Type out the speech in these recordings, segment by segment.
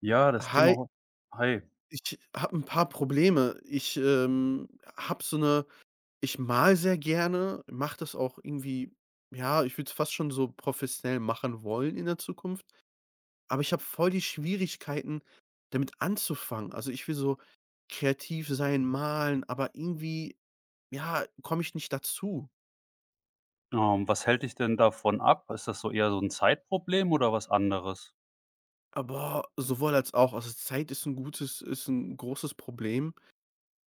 Ja, das Thema Hi, Ho Hi. ich habe ein paar Probleme. Ich habe so eine. Ich male sehr gerne, mache das auch irgendwie, ja, ich würde es fast schon so professionell machen wollen in der Zukunft, aber ich habe voll die Schwierigkeiten, damit anzufangen. Also, ich will so kreativ sein, malen, aber irgendwie, ja, komme ich nicht dazu. Was hält dich denn davon ab? Ist das so eher so ein Zeitproblem oder was anderes? Aber sowohl als auch. Also, Zeit ist ein gutes ist ein großes Problem.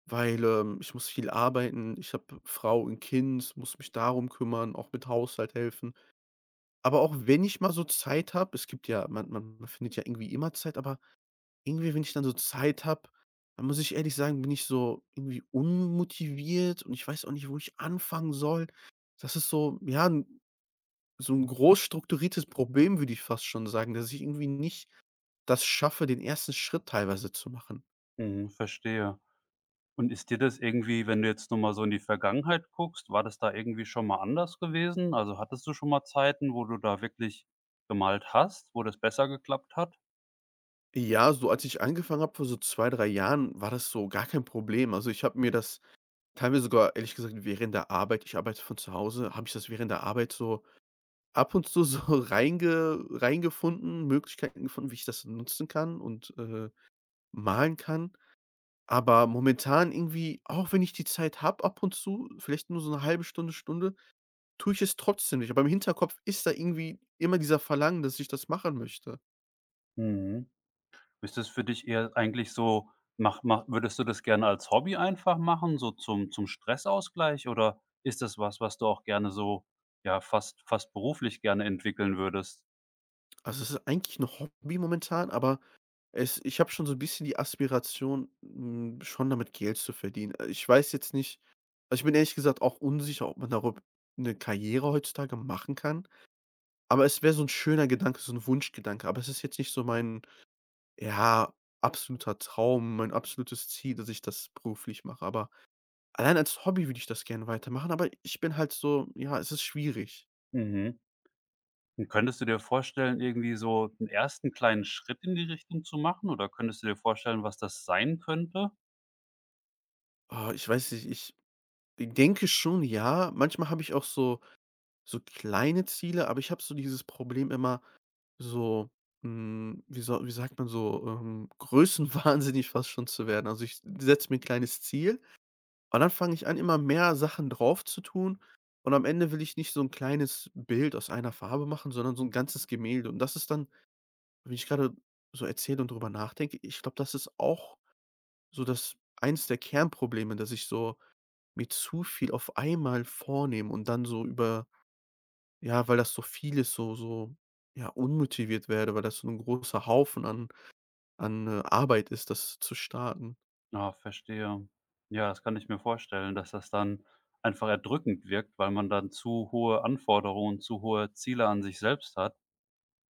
Weil, ich muss viel arbeiten, ich habe Frau und Kind, muss mich darum kümmern, auch mit Haushalt helfen. Aber auch wenn ich mal so Zeit habe, es gibt ja man findet ja irgendwie immer Zeit, aber irgendwie, wenn ich dann so Zeit habe, dann muss ich ehrlich sagen, bin ich so irgendwie unmotiviert und ich weiß auch nicht, wo ich anfangen soll. Das ist so, ja, 'n so ein groß strukturiertes Problem, würde ich fast schon sagen, dass ich irgendwie nicht das schaffe, den ersten Schritt teilweise zu machen. Mhm, verstehe. Und ist dir das irgendwie, wenn du jetzt noch mal so in die Vergangenheit guckst, war das da irgendwie schon mal anders gewesen? Also, hattest du schon mal Zeiten, wo du da wirklich gemalt hast, wo das besser geklappt hat? Ja, so als ich angefangen habe vor so 2, 3 Jahren, war das so gar kein Problem. Also, ich habe mir das teilweise sogar ehrlich gesagt während der Arbeit, ich arbeite von zu Hause, habe ich das während der Arbeit so ab und zu so reingefunden, Möglichkeiten gefunden, wie ich das nutzen kann und malen kann. Aber momentan irgendwie, auch wenn ich die Zeit habe ab und zu, vielleicht nur so eine halbe Stunde, Stunde, tue ich es trotzdem nicht. Aber im Hinterkopf ist da irgendwie immer dieser Verlangen, dass ich das machen möchte. Mhm. Ist das für dich eher eigentlich so mach mach würdest du das gerne als Hobby einfach machen, so zum Stressausgleich, oder ist das was, was du auch gerne so, ja, fast beruflich gerne entwickeln würdest? Also, es ist eigentlich ein Hobby momentan, aber Es ich habe schon so ein bisschen die Aspiration, schon damit Geld zu verdienen. Ich weiß jetzt nicht, also, ich bin ehrlich gesagt auch unsicher, ob man darüber eine Karriere heutzutage machen kann, aber es wäre so ein schöner Gedanke, so ein Wunschgedanke, aber es ist jetzt nicht so mein, ja, absoluter Traum, mein absolutes Ziel, dass ich das beruflich mache, aber allein als Hobby würde ich das gerne weitermachen, aber ich bin halt so, ja, es ist schwierig. Mhm. Und könntest du dir vorstellen, irgendwie so einen ersten kleinen Schritt in die Richtung zu machen, oder könntest du dir vorstellen, was das sein könnte? Oh, ich weiß nicht, ich denke schon, ja. Manchmal habe ich auch so so kleine Ziele, aber ich habe so dieses Problem immer. So, wie sagt man so, größenwahnsinnig fast schon zu werden. Also, ich setze mir ein kleines Ziel und dann fange ich an, immer mehr Sachen drauf zu tun, und am Ende will ich nicht so ein kleines Bild aus einer Farbe machen, sondern so ein ganzes Gemälde, und das ist dann, wenn ich gerade so erzähle und drüber nachdenke, ich glaube, das ist auch so das eins der Kernprobleme, dass ich so mir zu viel auf einmal vornehme und dann so über, ja, weil das so viel ist, ja, unmotiviert werde, weil das so ein großer Haufen an Arbeit ist, das zu starten. Ah, verstehe. Ja, das kann ich mir vorstellen, dass das dann einfach erdrückend wirkt, weil man dann zu hohe Anforderungen, zu hohe Ziele an sich selbst hat.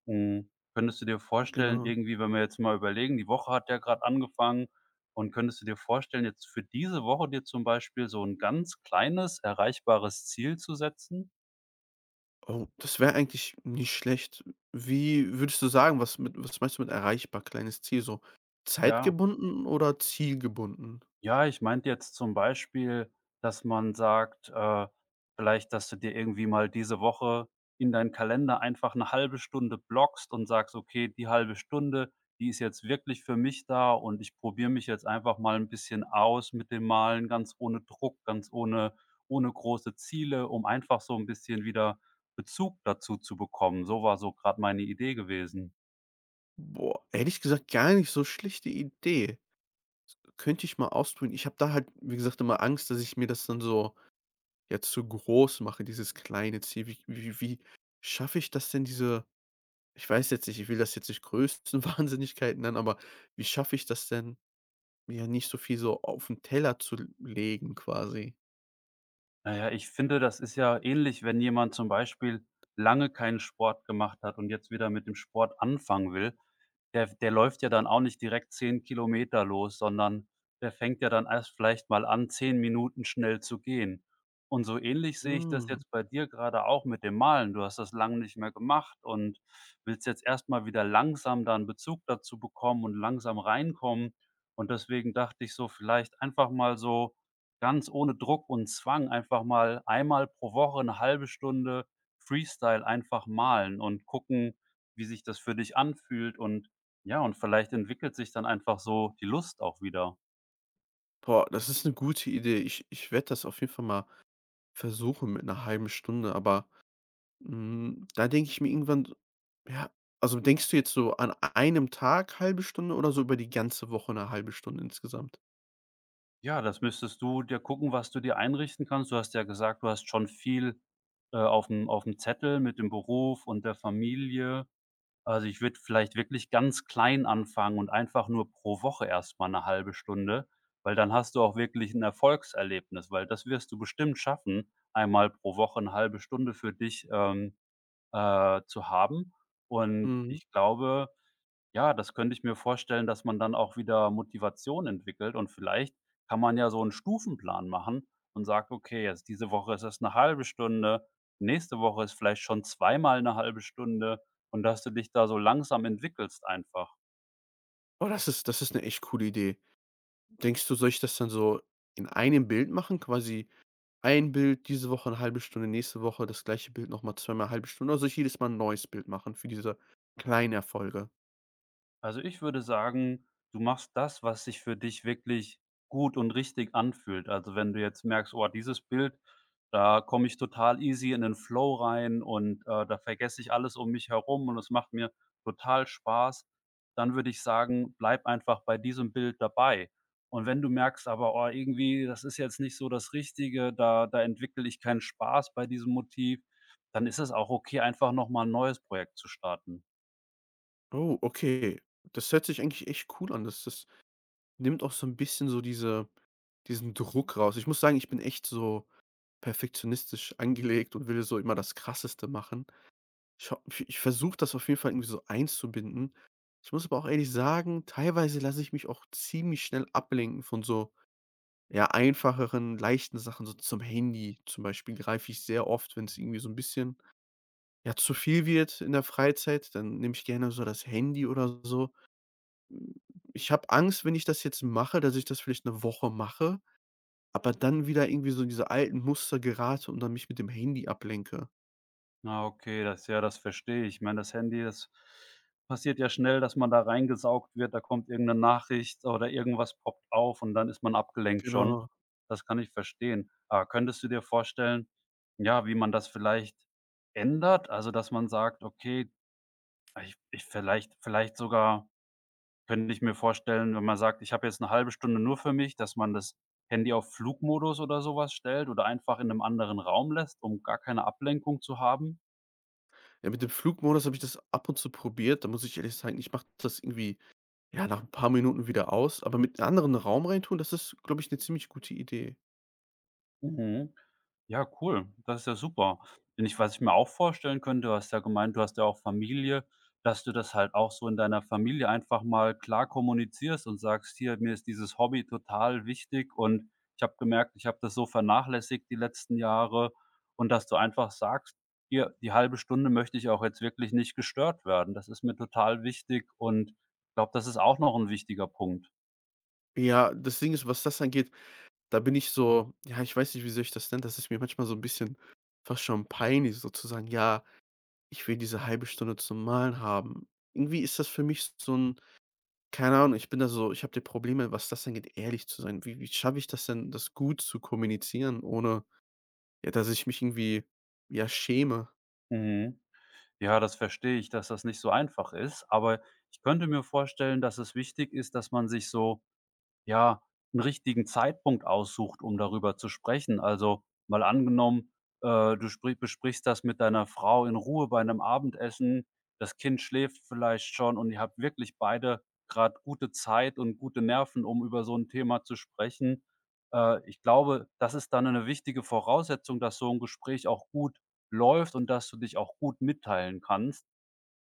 Mhm. Könntest du dir Mhm. vorstellen, Genau. irgendwie, wenn wir jetzt mal überlegen, die Woche hat ja gerade angefangen, und könntest du dir vorstellen, jetzt für diese Woche dir zum Beispiel so ein ganz kleines erreichbares Ziel zu setzen? Oh, das wäre eigentlich nicht schlecht. Wie würdest du sagen, was meinst du mit erreichbar, kleines Ziel, so Ja, zeitgebunden oder zielgebunden? ja, ich meinte jetzt zum Beispiel, dass man sagt, vielleicht, dass du dir irgendwie mal diese Woche in deinen Kalender einfach eine halbe Stunde blockst und sagst: „Okay, die halbe Stunde, die ist jetzt wirklich für mich da und ich probiere mich jetzt einfach mal ein bisschen aus mit dem Malen, ganz ohne Druck, ganz ohne große Ziele“, um einfach so ein bisschen wieder Bezug dazu zu bekommen. So war so gerade meine Idee gewesen. Boah, ehrlich gesagt gar nicht so schlechte Idee. Könnte ich mal ausprobieren. Ich habe da halt, wie gesagt, immer Angst, dass ich mir das dann so, ja, zu groß mache, dieses kleine Ziel. Wie schaffe ich das denn, diese ich weiß jetzt nicht, ich will das jetzt nicht größten Wahnsinnigkeiten nennen, aber wie schaffe ich das denn, ja, nicht so viel so auf den Teller zu legen quasi. Naja, ich finde, das ist ja ähnlich, wenn jemand zum Beispiel lange keinen Sport gemacht hat und jetzt wieder mit dem Sport anfangen will. Der läuft ja dann auch nicht direkt 10 Kilometer los, sondern der fängt ja dann erst vielleicht mal an, 10 Minuten schnell zu gehen. Und so ähnlich sehe ich das Mhm. jetzt bei dir gerade auch mit dem Malen. Du hast das lange nicht mehr gemacht und willst jetzt erst mal wieder langsam da 'n Bezug dazu bekommen und langsam reinkommen. Und deswegen dachte ich so, vielleicht einfach mal so ganz ohne Druck und Zwang einfach mal einmal pro Woche eine halbe Stunde Freestyle einfach malen und gucken, wie sich das für dich anfühlt und ja, und vielleicht entwickelt sich dann einfach so die Lust auch wieder. Boah, das ist eine gute Idee. Ich werde das auf jeden Fall mal versuchen mit einer halben Stunde, aber, da denke ich mir irgendwann so, ja, also denkst du jetzt so an einem Tag halbe Stunde oder so über die ganze Woche eine halbe Stunde insgesamt? Ja, das müsstest du dir gucken, was du dir einrichten kannst. Du hast ja gesagt, du hast schon viel, auf dem Zettel mit dem Beruf und der Familie. Also, ich würde vielleicht wirklich ganz klein anfangen und einfach nur pro Woche erst mal 'ne 1 Stunde, weil dann hast du auch wirklich ein Erfolgserlebnis, weil das wirst du bestimmt schaffen, einmal pro Woche eine halbe Stunde für dich, zu haben. Und Mhm. ich glaube ja, das könnte ich mir vorstellen, dass man dann auch wieder Motivation entwickelt und vielleicht kann man ja so einen Stufenplan machen und sagt: „Okay, jetzt diese Woche ist es eine halbe Stunde, nächste Woche ist vielleicht schon zweimal eine halbe Stunde“, und dass du dich da so langsam entwickelst einfach. Oh, das ist eine echt coole Idee. Denkst du, soll ich das dann so in einem Bild machen, quasi ein Bild diese Woche eine halbe Stunde, nächste Woche das gleiche Bild noch mal zweimal eine halbe Stunde? Also, ich jedes Mal 'n neues Bild machen für diese kleinen Erfolge? Also, ich würde sagen, du machst das, was sich für dich wirklich gut und richtig anfühlt. Also, wenn du jetzt merkst: „Oh, dieses Bild, da komme ich total easy in den Flow rein und, da vergesse ich alles um mich herum und es macht mir total Spaß“, dann würde ich sagen, bleib einfach bei diesem Bild dabei. Und wenn du merkst aber: „Oh, irgendwie, das ist jetzt nicht so das Richtige, da entwickle ich keinen Spaß bei diesem Motiv“, dann ist es auch okay, einfach noch mal 'n neues Projekt zu starten. Oh, okay. Das hört sich eigentlich echt cool an. Das nimmt auch so 'n bisschen so diesen Druck raus. Ich muss sagen, ich bin echt so perfektionistisch angelegt und will so immer das Krasseste machen. Ich ho Ich versuche das auf jeden Fall irgendwie so einzubinden. Ich muss aber auch ehrlich sagen, teilweise lasse ich mich auch ziemlich schnell ablenken von so, ja, einfacheren, leichten Sachen, so zum Handy zum Beispiel greife ich sehr oft, wenn es irgendwie so ein bisschen, ja, zu viel wird in der Freizeit, dann nehme ich gerne so das Handy oder so. Hm, Ich habe Angst, wenn ich das jetzt mache, dass ich das vielleicht eine Woche mache, aber dann wieder irgendwie so in diese alten Muster gerate und dann mich mit dem Handy ablenke. Ah, okay, das ja, das verstehe ich. Ich meine, das Handy, das passiert ja schnell, dass man da reingesaugt wird, da kommt irgendeine Nachricht oder irgendwas poppt auf und dann ist man abgelenkt schon. Genau. Das kann ich verstehen. Aber könntest du dir vorstellen, ja, wie man das vielleicht ändert? Also, dass man sagt: „Okay, ich vielleicht sogar könnte ich mir vorstellen, wenn man sagt, ich habe jetzt eine halbe Stunde nur für mich“, dass man das Handy auf Flugmodus oder sowas stellt oder einfach in einem anderen Raum lässt, um gar keine Ablenkung zu haben? Ja, mit dem Flugmodus habe ich das ab und zu probiert. Da muss ich ehrlich sagen, ich mache das irgendwie, ja, nach ein paar Minuten wieder aus, aber mit einem anderen Raum reintun, das ist, glaube ich, eine ziemlich gute Idee. Mhm. Ja, cool. Das ist ja super. Und ich, was ich mir auch vorstellen könnte, du hast ja gemeint, du hast ja auch Familie, dass du das halt auch so in deiner Familie einfach mal klar kommunizierst und sagst: „Hier, mir ist dieses Hobby total wichtig und ich habe gemerkt, ich habe das so vernachlässigt die letzten Jahre.“ Und dass du einfach sagst: „Hier, die halbe Stunde möchte ich auch jetzt wirklich nicht gestört werden. Das ist mir total wichtig.“ Und ich glaube, das ist auch noch ein wichtiger Punkt. Ja, das Ding ist, was das angeht, da bin ich so, ja, ich weiß nicht, wie soll ich das nennen? Das ist mir manchmal so ein bisschen fast schon peinlich, so zu sagen: „Ja, ich will diese halbe Stunde zum Malen haben." Irgendwie ist das für mich so ein, keine Ahnung, ich bin da so, ich habe die Probleme, was das angeht, ehrlich zu sein. Wie schaffe ich das denn, das gut zu kommunizieren, ohne, ja, dass ich mich irgendwie, ja, schäme? Mhm. Ja, das verstehe ich, dass das nicht so einfach ist, aber ich könnte mir vorstellen, dass es wichtig ist, dass man sich so ja, einen richtigen Zeitpunkt aussucht, um darüber zu sprechen. Also, mal angenommen, du sprich besprichst das mit deiner Frau in Ruhe bei einem Abendessen. Das Kind schläft vielleicht schon und ihr habt wirklich beide gerade gute Zeit und gute Nerven, um über so ein Thema zu sprechen. Ich glaube, das ist dann eine wichtige Voraussetzung, dass so ein Gespräch auch gut läuft und dass du dich auch gut mitteilen kannst.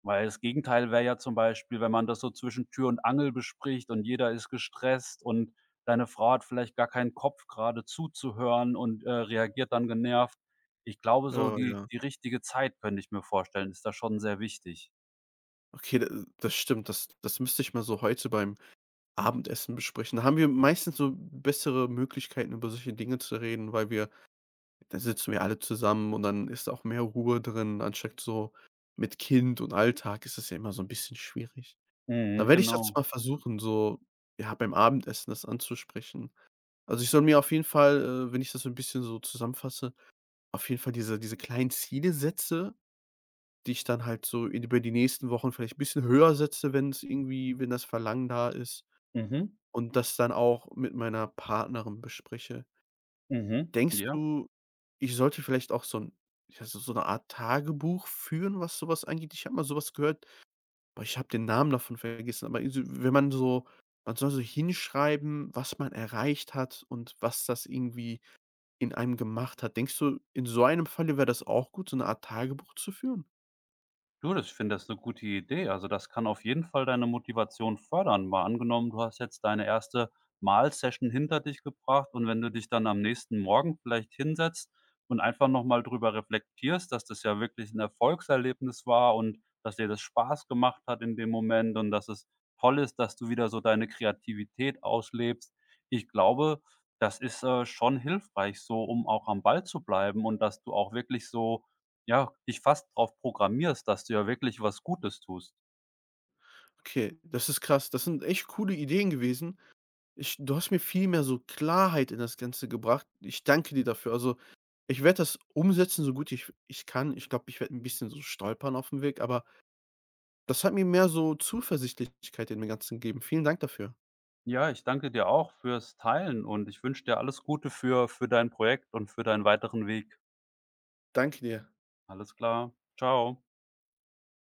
Weil das Gegenteil wäre ja zum Beispiel, wenn man das so zwischen Tür und Angel bespricht und jeder ist gestresst und deine Frau hat vielleicht gar keinen Kopf, gerade zuzuhören und, reagiert dann genervt. Ich glaube, so Ja, die ja. die richtige Zeit, könnte ich mir vorstellen, ist da schon sehr wichtig. Okay, da das stimmt. Das müsste ich mal so heute beim Abendessen besprechen. Da haben wir meistens so bessere Möglichkeiten, über solche Dinge zu reden. Weil wir Da sitzen wir alle zusammen und dann ist auch mehr Ruhe drin, anstatt so mit Kind und Alltag ist es ja immer so 'n bisschen schwierig. Da Mhm, werde ich das genau. mal versuchen, so, ja, beim Abendessen das anzusprechen. Also, ich soll mir auf jeden Fall, wenn ich das so 'n bisschen so zusammenfasse, auf jeden Fall diese kleinen Ziele setze, die ich dann halt so in über die nächsten Wochen vielleicht bisschen höher setze, wenn das Verlangen da ist, Mhm, und das dann auch mit meiner Partnerin bespreche. mhm, Denkst ja. du, ich sollte vielleicht auch so 'n, ja, so so 'ne Art Tagebuch führen, was so was angeht? Ich habe mal so was gehört, boah, ich habe den Namen davon vergessen, aber irgendwie so wenn man so man soll so hinschreiben, was man erreicht hat und was das irgendwie in einem gemacht hat. Denkst du, in so einem Falle wäre das auch gut, so 'ne Art Tagebuch zu führen? Du, das ich finde das eine gute Idee. Also, das kann auf jeden Fall deine Motivation fördern. Mal angenommen, du hast jetzt deine erste Malsession hinter dich gebracht und wenn du dich dann am nächsten Morgen vielleicht hinsetzt und einfach noch mal drüber reflektierst, dass das ja wirklich ein Erfolgserlebnis war und dass dir das Spaß gemacht hat in dem Moment und dass es toll ist, dass du wieder so deine Kreativität auslebst. Ich glaube, das ist, schon hilfreich so, um auch am Ball zu bleiben und dass du auch wirklich so ja, dich fast drauf programmierst, dass du ja wirklich was Gutes tust. Okay, das ist krass. Das sind echt coole Ideen gewesen. Ich Du hast mir viel mehr so Klarheit in das Ganze gebracht. Ich danke dir dafür. Also, ich werde das umsetzen, so gut ich kann. Ich glaube, ich werde ein bisschen so stolpern auf dem Weg, aber das hat mir mehr so Zuversichtlichkeit in dem Ganzen gegeben. Vielen Dank dafür. Ja, ich danke dir auch fürs Teilen und ich wünsche dir alles Gute für dein Projekt und für deinen weiteren Weg. Danke dir. Alles klar. Ciao.